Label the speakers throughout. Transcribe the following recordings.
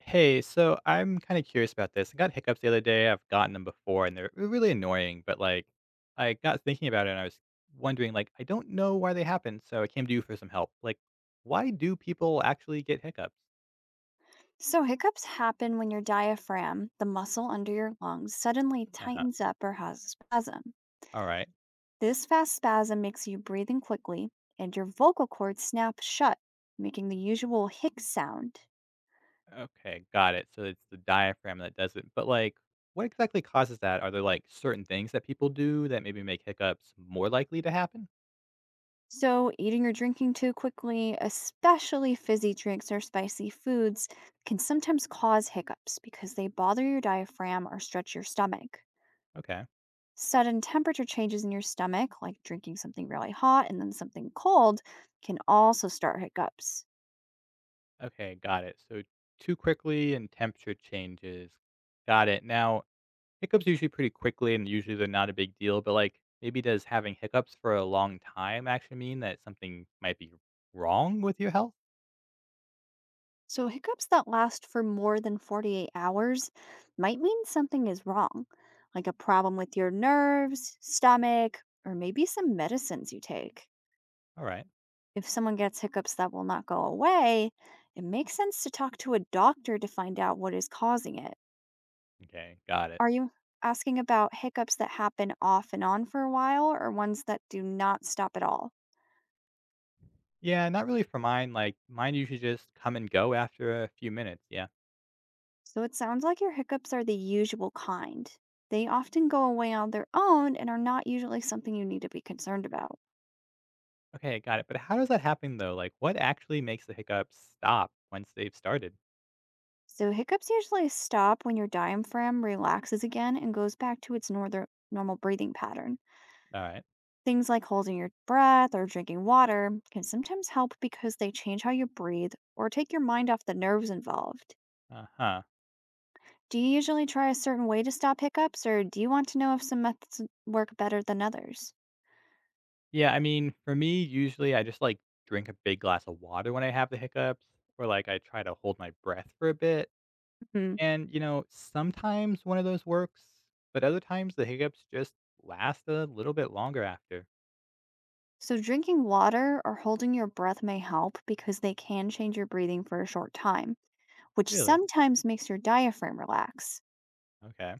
Speaker 1: Hey, so I'm kind of curious about this. I got hiccups the other day. I've gotten them before and they're really annoying, but like I got thinking about it and I was wondering like I don't know why they happen, so I came to you for some help. Like why do people actually get hiccups?
Speaker 2: So, hiccups happen when your diaphragm, the muscle under your lungs, suddenly
Speaker 1: Uh-huh.
Speaker 2: tightens up or has a spasm.
Speaker 1: All right.
Speaker 2: This fast spasm makes you breathe in quickly and your vocal cords snap shut, making the usual hic sound.
Speaker 1: Okay, got it. So it's the diaphragm that does it. But like what exactly causes that? Are there like certain things that people do that maybe make hiccups more likely to happen?
Speaker 2: So, eating or drinking too quickly, especially fizzy drinks or spicy foods, can sometimes cause hiccups because they bother your diaphragm or stretch your stomach.
Speaker 1: Okay.
Speaker 2: Sudden temperature changes in your stomach, like drinking something really hot and then something cold, can also start hiccups.
Speaker 1: Okay, got it. So too quickly and temperature changes. Got it. Now hiccups usually pretty quickly and usually they're not a big deal, but, like, maybe does having hiccups for a long time actually mean that something might be wrong with your health?
Speaker 2: So, hiccups that last for more than 48 hours might mean something is wrong, like a problem with your nerves, stomach, or maybe some medicines you take.
Speaker 1: Alright.
Speaker 2: If someone gets hiccups that will not go away, it makes sense to talk to a doctor to find out what is causing it.
Speaker 1: Okay, got it.
Speaker 2: Are you asking about hiccups that happen off and on for a while or ones that do not stop at all?
Speaker 1: Yeah, not really for mine, like, mine usually just come and go after a few minutes, yeah.
Speaker 2: So it sounds like your hiccups are the usual kind. They often go away on their own and are not usually something you need to be concerned about.
Speaker 1: Okay, got it, but how does that happen, though? Like, what actually makes the hiccups stop once they've started?
Speaker 2: So hiccups usually stop when your diaphragm relaxes again and goes back to its norther normal breathing pattern.
Speaker 1: Alright.
Speaker 2: Things like holding your breath or drinking water can sometimes help because they change how you breathe or take your mind off the nerves involved.
Speaker 1: Uh-huh.
Speaker 2: Do you usually try a certain way to stop hiccups, or do you want to know if some methods work better than others?
Speaker 1: Yeah, I mean, for me, usually I just, like, drink a big glass of water when I have the hiccups, or, like, I try to hold my breath for a bit.
Speaker 2: Hmm.
Speaker 1: And sometimes one of those works, but other times the hiccups just last a little bit longer after.
Speaker 2: So, drinking water or holding your breath may help because they can change your breathing for a short time, which
Speaker 1: Really?
Speaker 2: sometimes makes your diaphragm relax.
Speaker 1: Okay.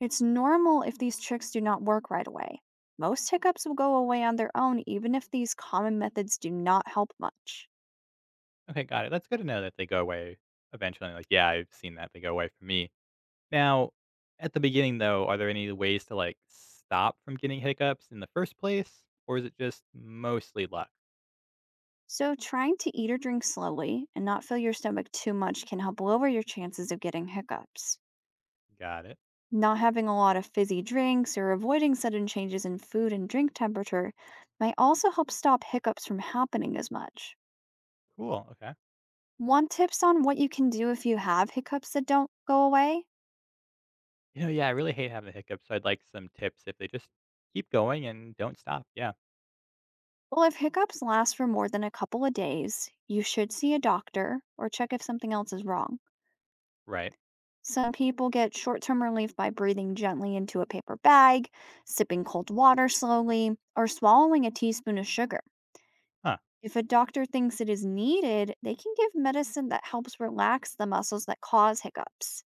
Speaker 2: It's normal if these tricks do not work right away. Most hiccups will go away on their own, even if these common methods do not help much.
Speaker 1: Okay, got it. That's good to know that they go away eventually. Like, yeah, I've seen that they go away for me. Now, at the beginning though, are there any ways to like stop from getting hiccups in the first place? Or is it just mostly luck?
Speaker 2: So, trying to eat or drink slowly and not fill your stomach too much can help lower your chances of getting hiccups.
Speaker 1: Got it.
Speaker 2: Not having a lot of fizzy drinks or avoiding sudden changes in food and drink temperature might also help stop hiccups from happening as much.
Speaker 1: Cool. Okay.
Speaker 2: Want tips on what you can do if you have hiccups that don't go away?
Speaker 1: You know, yeah, I really hate having the hiccups, so I'd like some tips if they just keep going and don't stop. Yeah.
Speaker 2: Well, if hiccups last for more than a couple of days, you should see a doctor or check if something else is wrong.
Speaker 1: Right.
Speaker 2: Some people get short term relief by breathing gently into a paper bag, sipping cold water slowly, or swallowing a teaspoon of sugar.
Speaker 1: Huh.
Speaker 2: If a doctor thinks it is needed, they can give medicine that helps relax the muscles that cause hiccups.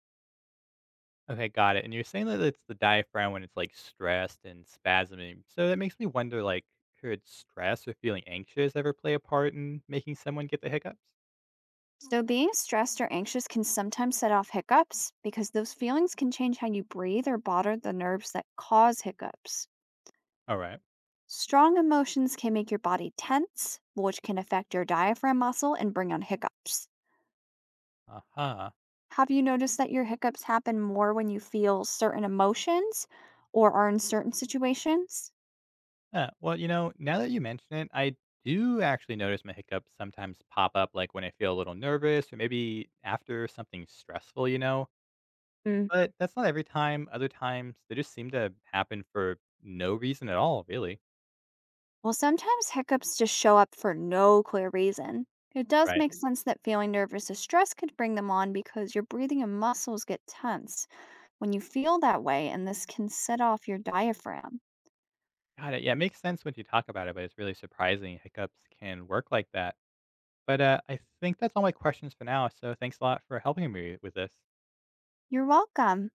Speaker 1: Okay, got it. And you're saying that it's the diaphragm when it's like stressed and spasming. So that makes me wonder like could stress or feeling anxious ever play a part in making someone get the hiccups?
Speaker 2: So, being stressed or anxious can sometimes set off hiccups because those feelings can change how you breathe or bother the nerves that cause hiccups.
Speaker 1: All right.
Speaker 2: Strong emotions can make your body tense, which can affect your diaphragm muscle and bring on hiccups.
Speaker 1: Uh-huh.
Speaker 2: Have you noticed that your hiccups happen more when you feel certain emotions or are in certain situations?
Speaker 1: Yeah, well, you know, now that you mention it, I do actually notice my hiccups sometimes pop up like when I feel a little nervous or maybe after something stressful. But that's not every time. Other times they just seem to happen for no reason at all, really.
Speaker 2: Well, sometimes hiccups just show up for no clear reason. It does
Speaker 1: Right.
Speaker 2: make sense that feeling nervous or stress could bring them on because your breathing and muscles get tense when you feel that way, and this can set off your diaphragm.
Speaker 1: Got it. Yeah, it makes sense when you talk about it, but it's really surprising hiccups can work like that. But I think that's all my questions for now. So thanks a lot for helping me with this.
Speaker 2: You're welcome.